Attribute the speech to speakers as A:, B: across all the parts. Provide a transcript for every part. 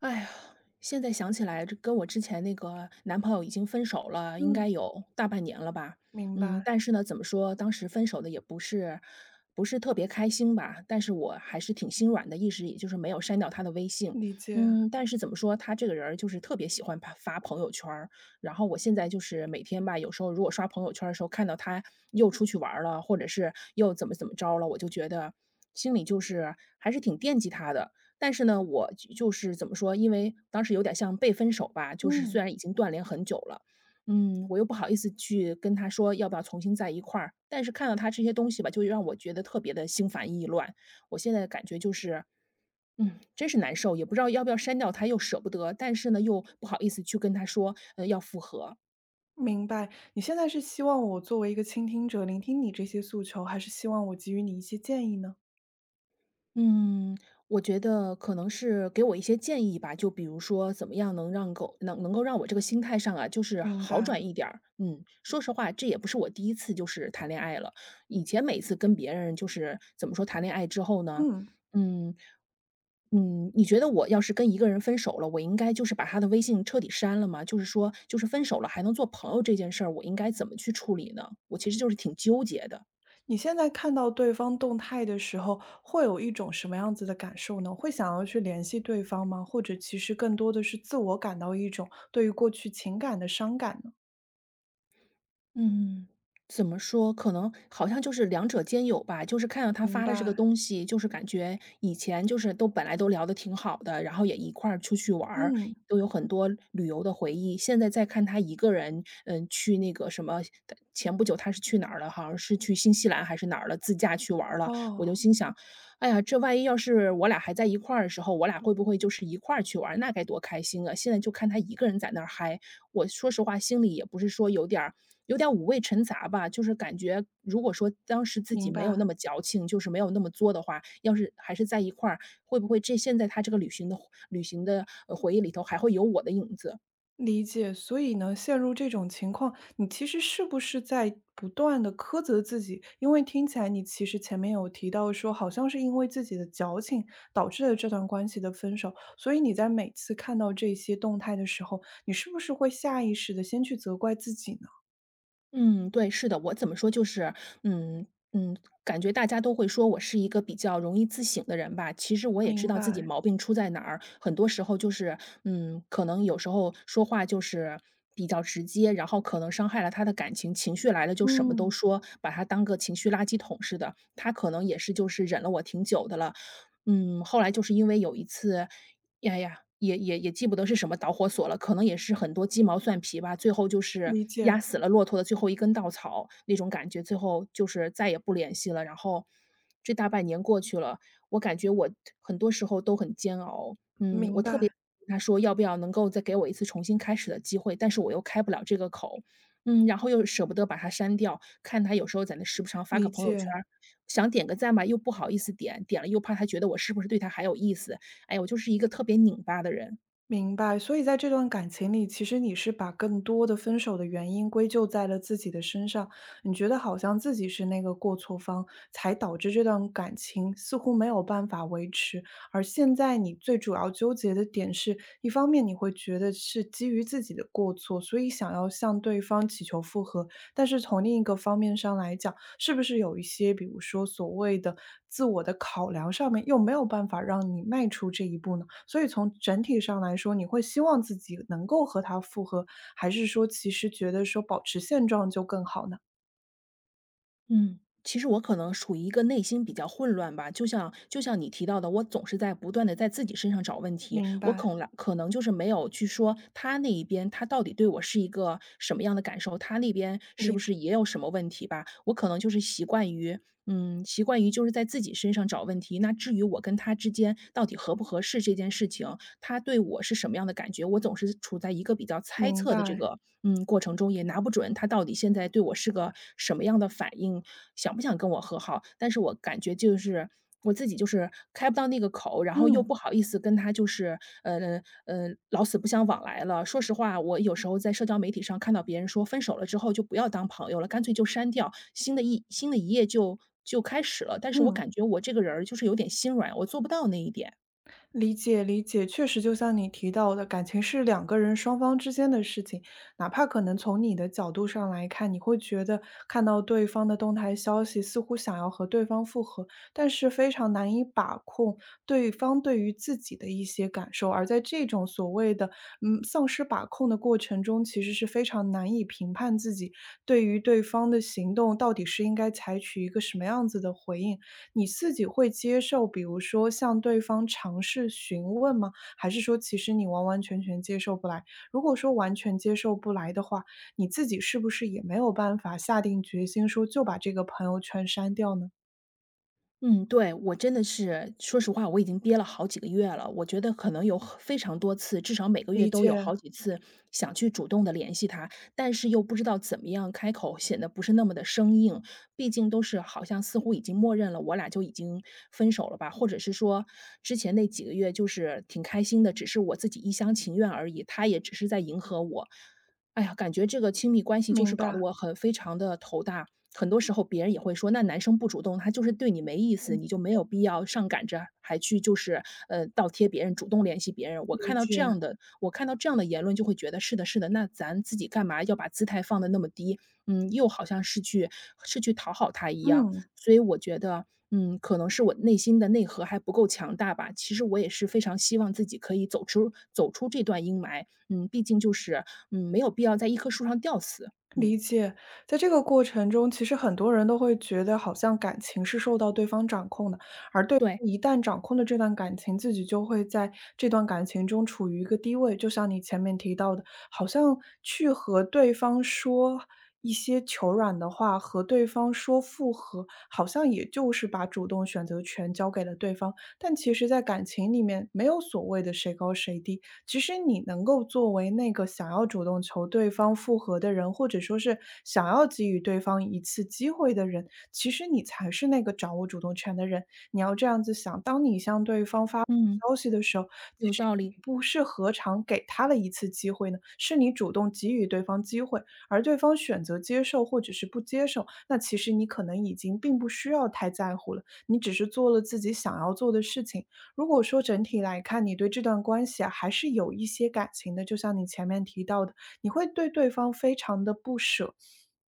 A: 哎呀，现在想起来，这跟我之前那个男朋友已经分手了，应
B: 嗯，
A: 该有大半年了吧。
B: 明
A: 嗯，
B: 白，
A: 但是呢，怎么说，当时分手的也不是特别开心吧，但是我还是挺心软的，一直也就是没有删掉他的微信。
B: 理解。
A: 嗯，但是怎么说，他这个人儿就是特别喜欢发朋友圈儿，然后我现在就是每天吧，有时候如果刷朋友圈儿的时候看到他又出去玩儿了，或者是又怎么怎么着了，我就觉得心里就是还是挺惦记他的。但是呢，我就是怎么说，因为当时有点像被分手吧，就是虽
B: 嗯，
A: 然已经断联很久了，嗯，我又不好意思去跟他说要不要重新在一块儿，但是看到他这些东西吧，就让我觉得特别的心烦意乱。我现在的感觉就是，真是难受，也不知道要不要删掉他，又舍不得，但是呢，又不好意思去跟他说，要复合。
B: 明白。你现在是希望我作为一个倾听者，聆听你这些诉求，还是希望我给予你一些建议呢？
A: 嗯，我觉得可能是给我一些建议吧，就比如说怎么样能让狗能能够让我这个心态上啊，就是
B: 明
A: 好
B: 白。
A: 转一点儿。嗯，说实话，这也不是我第一次就是谈恋爱了，以前每次跟别人就是怎么说谈恋爱之后呢，
B: 嗯，
A: 嗯嗯，你觉得我要是跟一个人分手了，我应该就是把他的微信彻底删了吗？就是说，就是分手了还能做朋友这件事儿，我应该怎么去处理呢？我其实就是挺纠结的。
B: 你现在看到对方动态的时候，会有一种什么样子的感受呢？会想要去联系对方吗？或者其实更多的是自我感到一种对于过去情感的伤感呢？
A: 嗯，怎么说？可能好像就是两者兼有吧。就是看到他
B: 明
A: 发的这个
B: 白。
A: 东西，就是感觉以前就是都本来都聊的挺好的，然后也一块儿出去玩儿，
B: 嗯，
A: 都有很多旅游的回忆。现在再看他一个人，去那个什么，前不久他是去哪儿了？好像是去新西兰还是哪儿了，自驾去玩儿了。我就
B: 哦，
A: 心想，哎呀，这万一要是我俩还在一块儿的时候，我俩会不会就是一块儿去玩儿那该多开心啊！现在就看他一个人在那儿嗨，我说实话，心里也不是说有点五味陈杂吧，就是感觉如果说当时自己
B: 明
A: 没有
B: 白。
A: 那么矫情，就是没有那么作的话，要是还是在一块儿，会不会这现在他这个旅行的回忆里头还会有我的影子？
B: 理解，所以呢，陷入这种情况，你其实是不是在不断的苛责自己？因为听起来你其实前面有提到说，好像是因为自己的矫情导致了这段关系的分手，所以你在每次看到这些动态的时候，你是不是会下意识的先去责怪自己呢？
A: 嗯，对，是的，我怎么说就是，嗯嗯，感觉大家都会说我是一个比较容易自省的人吧。其实我也知
B: 明
A: 道自己
B: 白，
A: 毛病出在哪儿，很多时候就是，嗯，可能有时候说话就是比较直接，然后可能伤害了他的感情，情绪来了就什么都
B: 嗯，
A: 说，把他当个情绪垃圾桶似的。他可能也是就是忍了我挺久的了，嗯，后来就是因为有一次。也记不得是什么导火索了，可能也是很多鸡毛蒜皮吧，最后就是
B: 理解，
A: 压死了骆驼的最后一根稻草那种感觉，最后就是再也不联系了。然后这大半年过去了，我感觉我很多时候都很煎熬。嗯，我
B: 明
A: 特别
B: 白，
A: 跟他说要不要能够再给我一次重新开始的机会，但是我又开不了这个口。嗯，然后又舍不得把他删掉，看他有时候在那时不常发个
B: 理
A: 朋友圈
B: 解。
A: 儿，想点个赞吧，又不好意思点，点了又怕他觉得我是不是对他还有意思，哎，我就是一个特别拧巴的人。
B: 明白，所以在这段感情里，其实你是把更多的分手的原因归咎在了自己的身上，你觉得好像自己是那个过错方，才导致这段感情似乎没有办法维持。而现在你最主要纠结的点是，一方面你会觉得是基于自己的过错，所以想要向对方祈求复合，但是从另一个方面上来讲，是不是有一些，比如说所谓的自我的考量上面，又没有办法让你迈出这一步呢？所以从整体上来说，你会希望自己能够和他复合，还是说其实觉得说保持现状就更好呢？
A: 嗯。其实我可能属于一个内心比较混乱吧，就像你提到的，我总是在不断的在自己身上找问题，
B: 明
A: 我
B: 白，
A: 恐了，可能就是没有去说他那一边，他到底对我是一个什么样的感受，他那边是
B: 理
A: 不
B: 解，
A: 是也有什么问题吧。我可能就是习惯于就是在自己身上找问题，那至于我跟他之间到底合不合适这件事情，他对我是什么样的感觉，我总是处在一个比较猜
B: 明
A: 测的这
B: 白，
A: 个过程中，也拿不准他到底现在对我是个什么样的反应，想不想跟我和好。但是我感觉就是我自己就是开不到那个口，然后又
B: 嗯
A: 不好意思跟他就是呃老死不相往来了。说实话，我有时候在社交媒体上看到别人说分手了之后就不要当朋友了，干脆就删掉，新的一页就开始了。但是我
B: 嗯。
A: 感觉我这个人儿就是有点心软，我做不到那一点。
B: 理解理解，确实就像你提到的，感情是两个人双方之间的事情，哪怕可能从你的角度上来看，你会觉得看到对方的动态消息，似乎想要和对方复合，但是非常难以把控对方对于自己的一些感受，而在这种所谓的丧失把控的过程中，其实是非常难以评判自己对于对方的行动到底是应该采取一个什么样子的回应，你自己会接受，比如说向对方尝试询问吗？还是说其实你完完全全接受不来？如果说完全接受不来的话，你自己是不是也没有办法下定决心说就把这个朋友圈删掉呢？
A: 嗯，对，我真的是说实话，我已经憋了好几个月了。我觉得可能有很非常多次，至少每个月
B: 理
A: 都有
B: 解，
A: 好几次想去主动的联系他，但是又不知道怎么样开口，显得不是那么的生硬。毕竟都是好像似乎已经默认了我俩就已经分手了吧，或者是说之前那几个月就是挺开心的，只是我自己一厢情愿而已，他也只是在迎合我。哎呀，感觉这个亲密关系就是
B: 明
A: 搞得
B: 白，
A: 我很非常的头大。很多时候别人也会说：“那男生不主动，他就是对你没意思，你就没有必要上赶着还去就是，倒贴别人，主动联系别人。”我
B: 理
A: 看到这
B: 解，
A: 样的我看到这样的言论就会觉得：“是的是的，那咱自己干嘛要把姿态放的那么低？”嗯，又好像是去讨好他一样。
B: 嗯。
A: 所以我觉得，嗯，可能是我内心的内核还不够强大吧。其实我也是非常希望自己可以走出这段阴霾，嗯，毕竟就是，嗯，没有必要在一棵树上吊死。嗯，
B: 在这个过程中，其实很多人都会觉得好像感情是受到对方掌控的，而对
A: 对，
B: 方一旦掌控了这段感情，自己就会在这段感情中处于一个低位。就像你前面提到的，好像去和对方说一些求软的话，和对方说复合，好像也就是把主动选择权交给了对方。但其实，在感情里面，没有所谓的谁高谁低，其实你能够作为那个想要主动求对方复合的人，或者说是想要给予对方一次机会的人，其实你才是那个掌握主动权的人。你要这样子想，当你向对方发
A: 嗯，
B: 消息的时候，其
A: 有
B: 实
A: 道
B: 你
A: 理，
B: 不是何尝给他了一次机会呢？是你主动给予对方机会，而对方选择接受或者是不接受，那其实你可能已经并不需要太在乎了，你只是做了自己想要做的事情。如果说整体来看，你对这段关系啊，还是有一些感情的，就像你前面提到的，你会对对方非常的不舍。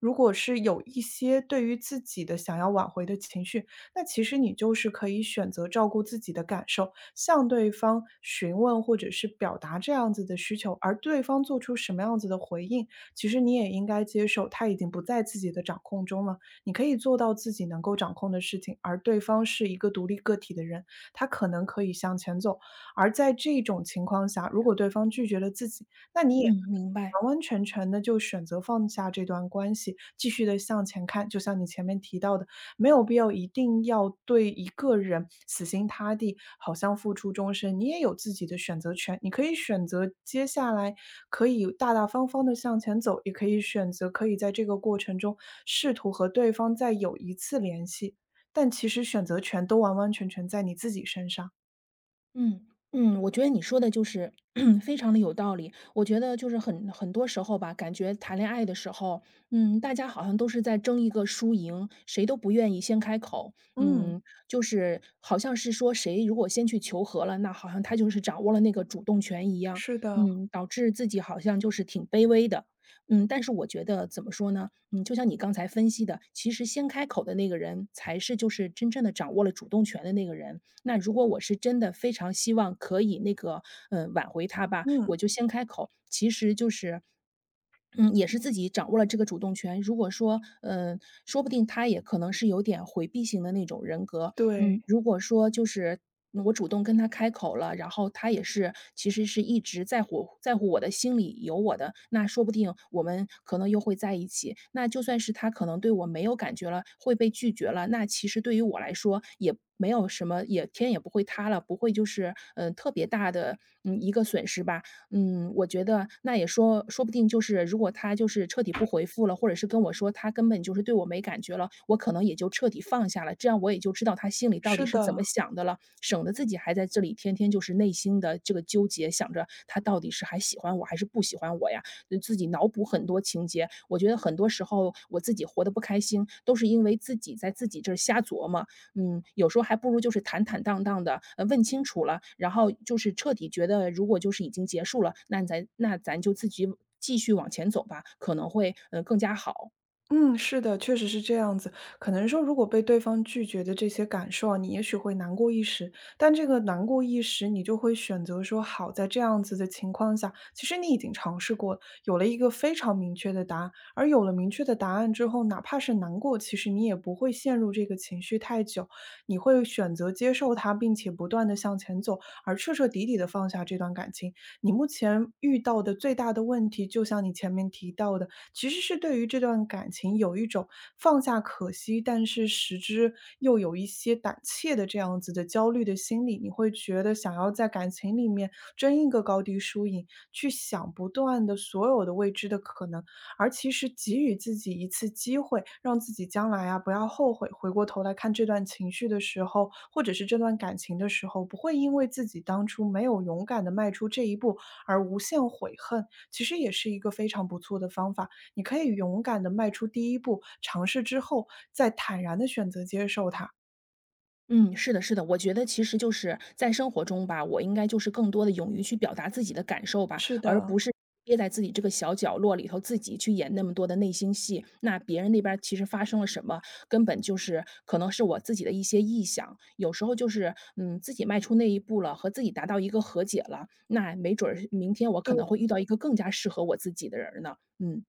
B: 如果是有一些对于自己的想要挽回的情绪，那其实你就是可以选择照顾自己的感受，向对方询问或者是表达这样子的需求，而对方做出什么样子的回应，其实你也应该接受，他已经不在自己的掌控中了。你可以做到自己能够掌控的事情，而对方是一个独立个体的人，他可能可以向前走。而在这种情况下，如果对方拒绝了自己，那你也
A: 嗯，明白。
B: 完完全全的就选择放下这段关系，继续的向前看。就像你前面提到的，没有必要一定要对一个人死心塌地，好像付出终身。你也有自己的选择权，你可以选择接下来可以大大方方的向前走，也可以选择可以在这个过程中试图和对方再有一次联系。但其实选择权都完完全全在你自己身上。
A: 嗯，嗯，我觉得你说的就是 非常的有道理。我觉得就是很多时候吧，感觉谈恋爱的时候，嗯，大家好像都是在争一个输赢，谁都不愿意先开口。
B: 嗯，
A: 嗯，就是好像是说谁如果先去求和了，那好像他就是掌握了那个主动权一样。
B: 是的，
A: 嗯，导致自己好像就是挺卑微的。嗯，但是我觉得怎么说呢？嗯，就像你刚才分析的，其实先开口的那个人才是就是真正的掌握了主动权的那个人。那如果我是真的非常希望可以那个，嗯，挽回他吧，我
B: 嗯，
A: 就先开口，其实就是嗯，也是自己掌握了这个主动权。如果说，嗯，说不定他也可能是有点回避型的那种人格。
B: 对，
A: 嗯，如果说就是我主动跟他开口了，然后他也是其实是一直在乎我的心里有我的，那说不定我们可能又会在一起。那就算是他可能对我没有感觉了，会被拒绝了，那其实对于我来说也没有什么，也天也不会塌了，不会就是特别大的一个损失吧。嗯，我觉得那也说不定就是如果他就是彻底不回复了，或者是跟我说他根本就是对我没感觉了，我可能也就彻底放下了，这样我也就知道他心里到底
B: 是
A: 是怎么
B: 的。
A: 想的了，省得自己还在这里天天就是内心的这个纠结，想着他到底是还喜欢我还是不喜欢我呀，就自己脑补很多情节。我觉得很多时候我自己活得不开心，都是因为自己在自己这儿瞎琢磨，嗯，有时候还不如就是坦坦荡荡的，问清楚了，然后就是彻底觉得如果就是已经结束了，那咱就自己继续往前走吧，可能会，更加好。
B: 嗯，是的，确实是这样子。可能说，如果被对方拒绝的这些感受啊，你也许会难过一时，但这个难过一时，你就会选择说好，在这样子的情况下，其实你已经尝试过，有了一个非常明确的答案。而有了明确的答案之后，哪怕是难过，其实你也不会陷入这个情绪太久，你会选择接受它，并且不断的向前走，而彻彻底底的放下这段感情。你目前遇到的最大的问题，就像你前面提到的。其实是对于这段感情有一种放下可惜，但是实之又有一些胆怯的这样子的焦虑的心理。你会觉得想要在感情里面争一个高低输赢，去想不断的所有的未知的可能，而其实给予自己一次机会，让自己将来啊不要后悔。回过头来看这段情绪的时候，或者是这段感情的时候，不会因为自己当初没有勇敢的迈出这一步而无限悔恨，其实也是一个非常不错的方法。你可以勇敢地迈出第一步，尝试之后再坦然地选择接受它。
A: 嗯，是的，是的，我觉得其实就是在生活中吧，我应该就是更多的勇于去表达自己的感受吧，
B: 是
A: 而
B: 的，
A: 不是憋在自己这个小角落里头，自己去演那么多的内心戏。那别人那边儿其实发生了什么，根本就是可能是我自己的一些臆想。有时候就是，嗯，自己迈出那一步了，和自己达到一个和解了，那没准儿明天我可
B: 对，
A: 能会遇到一个更加适合我自己的人儿呢。嗯，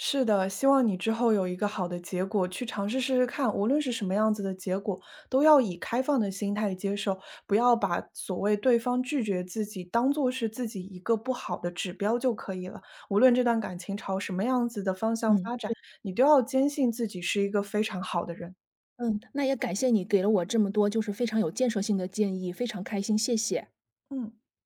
B: 是的，希望你之后有一个好的结果，去尝试试试看，无论是什么样子的结果，都要以开放的心态接受，不要把所谓对方拒绝自己当做是自己一个不好的指标就可以了。无论这段感情朝什么样子的方向
A: 嗯，
B: 发展，
A: 对，
B: 你都要坚信自己是一个非常好的人。
A: 嗯，那也感谢你给了我这么多就是非常有建设性的建议，非常开心，谢谢。
B: 嗯。